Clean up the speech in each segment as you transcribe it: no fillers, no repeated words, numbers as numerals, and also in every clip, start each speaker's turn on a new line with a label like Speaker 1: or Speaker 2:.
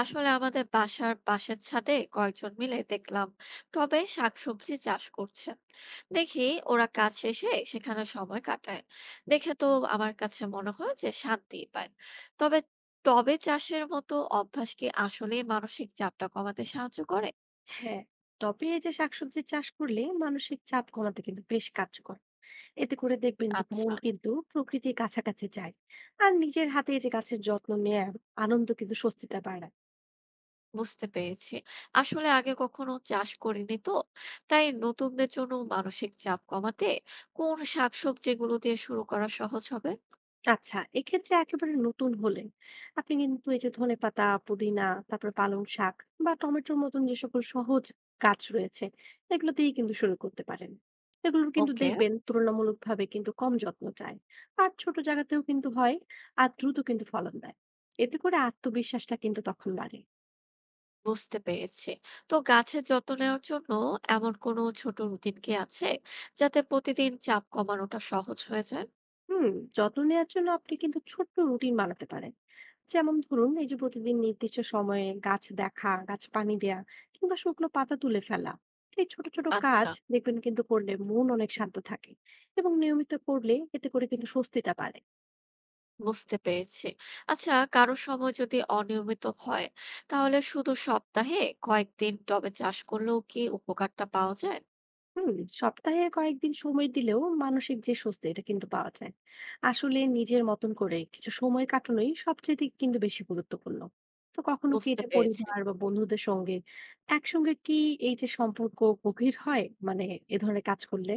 Speaker 1: আসলে আমাদের বাসার পাশের ছাদে কয়েকজন মিলে দেখলাম তবে শাকসবজি চাষ করছেন। দেখি ওরা কাজ শেষে সেখানে সময় কাটায়, দেখে তো আমার কাছে মনে হয় যে শান্তি পায়। তবে টবে চাষের মতো অভ্যাস কি আসলে মানসিক চাপটা কমাতে সাহায্য করে?
Speaker 2: হ্যাঁ, টবে এই যে শাকসবজি চাষ করলে মানসিক চাপ কমাতে কিন্তু বেশ কার্যকর। এতে করে দেখবেন যে মন
Speaker 1: আচ্ছা,
Speaker 2: কিন্তু প্রকৃতির কাছাকাছি যায়। আর নিজের হাতে এই যে গাছের যত্ন নেওয়ার আনন্দ কিন্তু স্বস্তিটা বাড়ায়।
Speaker 1: বুঝতে পেরেছি। আসলে আগে কখনো চাষ করিনি তো, তাই নতুনদের জন্য মানসিক চাপ কমাতে কোন শাকসবজিগুলো দিয়ে শুরু করা সহজ হবে?
Speaker 2: আচ্ছা, এক্ষেত্রে একেবারে নতুন হলে আপনি কিন্তু এই যে ধনেপাতা, পুদিনা, তারপর পালং শাক বা টমেটোর মতন যে সকল সহজ গাছ রয়েছে, এগুলো দিয়ে কিন্তু শুরু করতে পারেন। এগুলোর কিন্তু
Speaker 1: ওকে,
Speaker 2: দেখবেন তুলনামূলকভাবে কিন্তু কম যত্ন চায়। আর ছোট জায়গাতেও কিন্তু হয়। আর দ্রুত কিন্তু ফলন দেয়। এতে করে আত্মবিশ্বাসটা কিন্তু তখন বাড়ে।
Speaker 1: বুঝতে পেরেছি। তো গাছের যত্ন নেওয়ার জন্য এমন কোনো ছোট রুটিন কি আছে? যাতে প্রতিদিন চাপ কমানোটা সহজ হয়ে যায়?
Speaker 2: হুম যত্ন নেওয়ার জন্য আপনি কিন্তু ছোট্ট রুটিন বানাতে পারেন। যেমন ধরুন, এই যে প্রতিদিন নির্দিষ্ট সময়ে গাছ দেখা, গাছ পানি দেয়া, কিংবা শুকনো পাতা তুলে ফেলা, এই ছোট ছোট কাজ
Speaker 1: আচ্ছা,
Speaker 2: দেখবেন কিন্তু করলে মন অনেক শান্ত থাকে। এবং নিয়মিত করলে এতে করে কিন্তু স্বস্তিটা বাড়ে।
Speaker 1: বুঝতে পেরেছি। আচ্ছা, কারো সময় যদি অনিয়মিত হয়, তাহলে শুধু সপ্তাহে কয়েকদিন টবে চাষ করলেও কি উপকারটা পাওয়া যায়?
Speaker 2: হুম সপ্তাহে কয়েকদিন সময় দিলেও মানসিক যে স্বস্তি এটা কিন্তু পাওয়া যায়। আসলে নিজের মতন করে কিছু সময় কাটানোই সবচেয়ে কিন্তু বেশি গুরুত্বপূর্ণ। তো কখনো কি
Speaker 1: বুঝতে
Speaker 2: এটা
Speaker 1: পেরেছি।
Speaker 2: পরিবার বা বন্ধুদের সঙ্গে একসঙ্গে কি এই যে সম্পর্ক গভীর হয় মানে এ ধরনের কাজ করলে?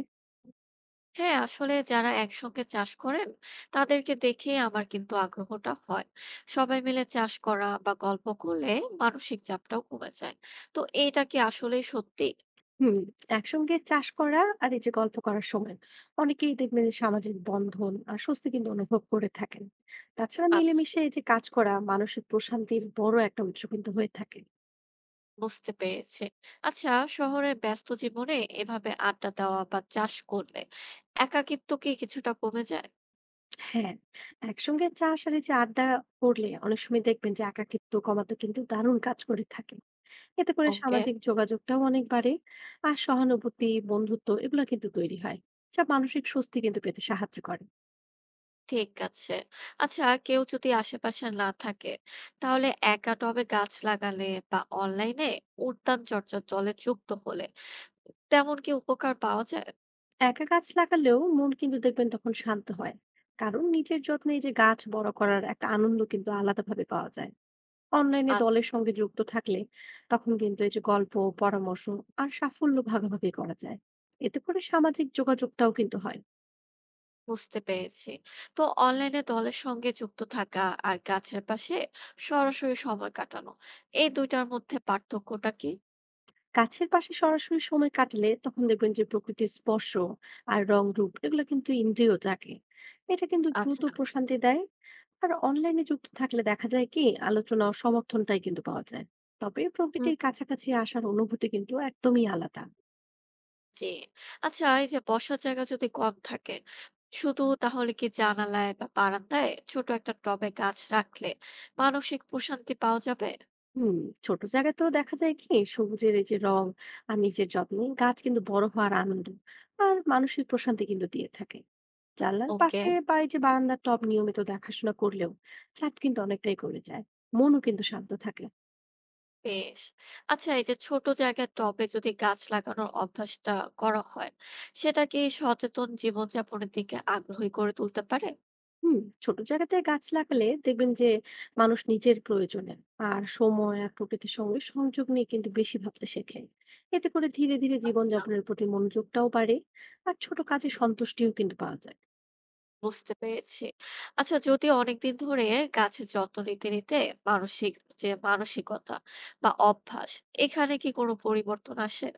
Speaker 1: হ্যাঁ, আসলে যারা একসঙ্গে চাষ করেন তাদেরকে দেখে আমার কিন্তু আগ্রহটা হয়। সবাই মিলে চাষ করা বা গল্প করলে মানসিক চাপটাও কমে যায়। তো এইটা কি আসলেই সত্যি?
Speaker 2: হুম একসঙ্গে চাষ করা আর এই যে গল্প করার সময় অনেকেই দেখবেন যে সামাজিক বন্ধন আর স্বস্তি কিন্তু অনুভব করে থাকেন। তাছাড়া
Speaker 1: আচ্ছা,
Speaker 2: মিলেমিশে এই যে কাজ করা মানসিক প্রশান্তির বড় একটা উৎস কিন্তু হয়ে থাকে।
Speaker 1: বুঝতে পেরেছি। আচ্ছা, শহরের ব্যস্ত জীবনে এভাবে আড্ডা দেওয়া বা চাষ করলে একাকিত্ব কি কিছুটা কমে যায়?
Speaker 2: হ্যাঁ, একসঙ্গে চা আর এই যে আড্ডা করলে অনেক সময় দেখবেন যে একাকিত্ব কমাতে কিন্তু দারুণ কাজ করে থাকে। এতে করে
Speaker 1: ওকে,
Speaker 2: সামাজিক যোগাযোগটাও অনেক বাড়ে। আর সহানুভূতি, বন্ধুত্ব এগুলা কিন্তু তৈরি হয়। যা মানসিক স্বস্তি কিন্তু পেতে সাহায্য করে।
Speaker 1: ঠিক আছে। আচ্ছা, কেউ যদি আশেপাশে না থাকে তাহলে একা টবে গাছ লাগালে বা অনলাইনে উদ্যান চর্চার দলে যুক্ত হলে তেমন কি উপকার পাওয়া যায়?
Speaker 2: একা গাছ লাগালেও মন কিন্তু দেখবেন তখন শান্ত হয়। কারণ নিজের যত্নে এই যে গাছ বড় করার একটা আনন্দ কিন্তু আলাদাভাবে পাওয়া যায়। অনলাইনে
Speaker 1: আচ্ছা,
Speaker 2: দলের সঙ্গে যুক্ত থাকলে তখন কিন্তু এই যে গল্প, পরামর্শ আর সাফল্য ভাগাভাগি করা যায়। এতে করে সামাজিক যোগাযোগটাও কিন্তু হয়।
Speaker 1: বুঝতে পেরেছি। তো অনলাইনে দলের সঙ্গে যুক্ত থাকা আর গাছের পাশে সরাসরি সময় কাটানো, এই ২ টার মধ্যে পার্থক্যটা কি?
Speaker 2: গাছের পাশে সরাসরি সময় কাটালে তখন দেখবেন যে প্রকৃতির স্পর্শ আর রং রূপ এগুলো কিন্তু ইন্দ্রিয় জাগে। এটা কিন্তু দ্রুত
Speaker 1: আচ্ছা,
Speaker 2: প্রশান্তি দেয়। আর অনলাইনে যুক্ত থাকলে দেখা যায় কি আলোচনা ও সমর্থনটাই কিন্তু পাওয়া যায়। তবে
Speaker 1: হুম,
Speaker 2: প্রকৃতির কাছাকাছি আসার অনুভূতি কিন্তু একদমই আলাদা।
Speaker 1: জি। আচ্ছা, এই যে বসার জায়গা যদি কম থাকে, শুধু তাহলে কি জানালায় বা বারান্দায় ছোট একটা টবে গাছ রাখলে মানসিক প্রশান্তি পাওয়া যাবে?
Speaker 2: হুম ছোট জায়গাতেও দেখা যায় কি সবুজের এই যে রং আর নিজের যত্ন গাছ কিন্তু বড় হওয়ার আনন্দ আর মানসিক প্রশান্তি কিন্তু দিয়ে থাকে। জানলার
Speaker 1: ওকে।
Speaker 2: পাশে বা এই যে বারান্দার টব নিয়মিত দেখাশোনা করলেও চাপ কিন্তু অনেকটাই কমে যায়। মনও কিন্তু শান্ত থাকে।
Speaker 1: বেশ। আচ্ছা, এই যে ছোট জায়গার টবে যদি গাছ লাগানোর অভ্যাসটা করা হয়, সেটা কি সচেতন জীবনযাপনের দিকে আগ্রহী করে তুলতে পারে?
Speaker 2: ছোট জায়গাতে গাছ লাগালে দেখবেন যে মানুষ নিজের প্রয়োজনে আর সময় আর প্রকৃতির সঙ্গে সংযোগ নিয়ে কিন্তু বেশি ভাবতে শেখে। এতে করে ধীরে ধীরে
Speaker 1: আচ্ছা,
Speaker 2: জীবনযাপনের প্রতি মনোযোগটাও বাড়ে। আর ছোট কাজে সন্তুষ্টিও কিন্তু পাওয়া যায়।
Speaker 1: বুঝতে পেরেছি। আচ্ছা, যদি অনেকদিন ধরে গাছের যত্ন নিতে নিতে মানসিক মানসিকতা বা অভ্যাস, এখানে কি কোনো পরিবর্তন আসে?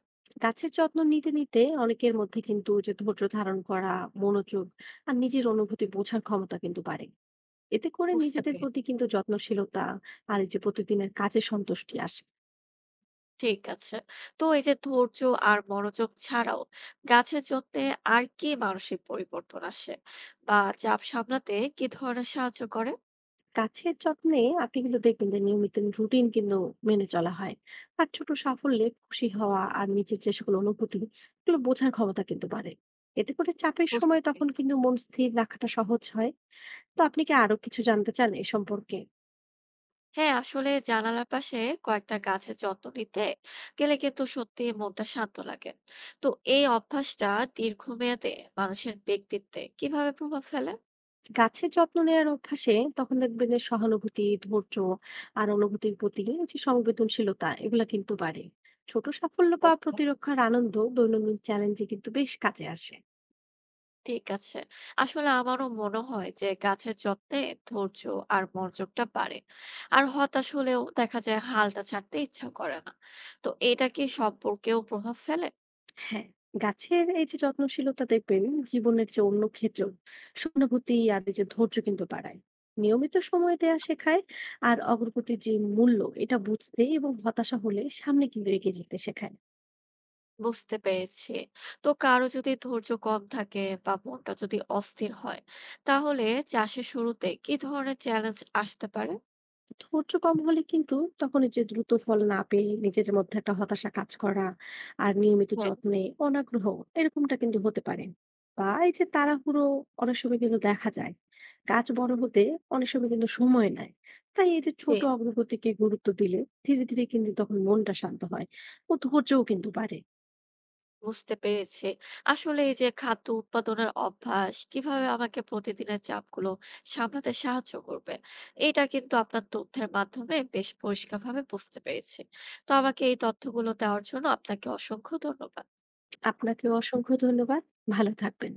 Speaker 2: গাছের যত্ন নিতে নিতে অনেকের মধ্যে কিন্তু যে ধৈর্য ধারণ করা, মনোযোগ আর নিজের অনুভূতি বোঝার ক্ষমতা কিন্তু বাড়ে। এতে করে
Speaker 1: বুঝতে
Speaker 2: নিজেদের প্রতি
Speaker 1: পেরেছি।
Speaker 2: কিন্তু যত্নশীলতা আর এই যে প্রতিদিনের কাজে সন্তুষ্টি আসে।
Speaker 1: ঠিক আছে। তো এই যে ধৈর্য আর মনোযোগ ছাড়াও গাছের যত্নে আর কি মানসিক পরিবর্তন আসে? বা চাপ সামলাতে কি ধরনের সাহায্য করে?
Speaker 2: কাছের যত্নে আপনি কিন্তু দেখবেন যে নিয়মিত রুটিন কিন্তু মেনে চলা হয়। আর ছোট সাফল্যে খুশি হওয়া আর নিজের যে সকল অনুভূতি এগুলো বোঝার ক্ষমতা কিন্তু বাড়ে। এতে করে চাপের
Speaker 1: বুঝতে
Speaker 2: সময় তখন
Speaker 1: পেরেছি।
Speaker 2: কিন্তু মন স্থির রাখাটা সহজ হয়। তো আপনি কি আরো কিছু জানতে চান এ সম্পর্কে?
Speaker 1: হ্যাঁ, আসলে জানালার পাশে কয়েকটা গাছের যত্ন নিতে গেলে কিন্তু সত্যিই মনটা শান্ত লাগে। তো এই অভ্যাসটা দীর্ঘমেয়াদে মানুষের ব্যক্তিত্বে কিভাবে প্রভাব ফেলে?
Speaker 2: গাছের যত্ন নেওয়ার অভ্যাসে তখন দেখবেন যে সহানুভূতি, ধৈর্য আর অনুভূতির প্রতি এই যে সংবেদনশীলতা এগুলা কিন্তু বাড়ে। ছোট সাফল্য বা
Speaker 1: ওকে,
Speaker 2: প্রতিরক্ষার আনন্দ দৈনন্দিন চ্যালেঞ্জে কিন্তু বেশ কাজে আসে।
Speaker 1: ঠিক আছে। আসলে আমারও মনে হয় যে গাছের যত্নে ধৈর্য আর মনোযোগটা বাড়ে। আর হতাশ হলেও দেখা যায় হালটা ছাড়তে ইচ্ছা করে না। তো এটা কি সম্পর্কেও প্রভাব ফেলে?
Speaker 2: হ্যাঁ, গাছের এই যে যত্নশীলতা দেখবেন জীবনের যে অন্য ক্ষেত্র সহানুভূতি আর এই যে ধৈর্য কিন্তু বাড়ায়। নিয়মিত সময় দেয়া শেখায়। আর অগ্রগতির যে মূল্য এটা বুঝতে এবং হতাশা হলে সামনে কিন্তু এগিয়ে যেতে শেখায়।
Speaker 1: বুঝতে পেরেছি। তো কারো যদি ধৈর্য কম থাকে বা মনটা যদি অস্থির হয়, তাহলে চাষের শুরুতে কি ধরনের চ্যালেঞ্জ আসতে পারে?
Speaker 2: ধৈর্য কম হলে কিন্তু তখন এই যে দ্রুত ফল না পেয়ে নিজের মধ্যে একটা হতাশা কাজ করা আর নিয়মিত
Speaker 1: হ্যাঁ।
Speaker 2: যত্নে অনাগ্রহ এরকমটা কিন্তু হতে পারে। বা এই যে তাড়াহুড়ো অনেক সময় কিন্তু দেখা যায়। গাছ বড় হতে অনেক সময় কিন্তু সময় নেয়। তাই এই যে
Speaker 1: জি।
Speaker 2: ছোট অগ্রগতিকে গুরুত্ব দিলে ধীরে ধীরে কিন্তু তখন মনটা শান্ত হয়। ও ধৈর্যও কিন্তু বাড়ে।
Speaker 1: বুঝতে পেরেছি। আসলে এই যে খাদ্য উৎপাদনের অভ্যাস কিভাবে আমাকে প্রতিদিনের চাপগুলো সামলাতে সাহায্য করবে, এটা কিন্তু আপনার তথ্যের মাধ্যমে বেশ পরিষ্কারভাবে বুঝতে পেরেছি। তো আমাকে এই তথ্যগুলো দেওয়ার জন্য আপনাকে অসংখ্য ধন্যবাদ।
Speaker 2: আপনাকেও অসংখ্য ধন্যবাদ। ভালো থাকবেন।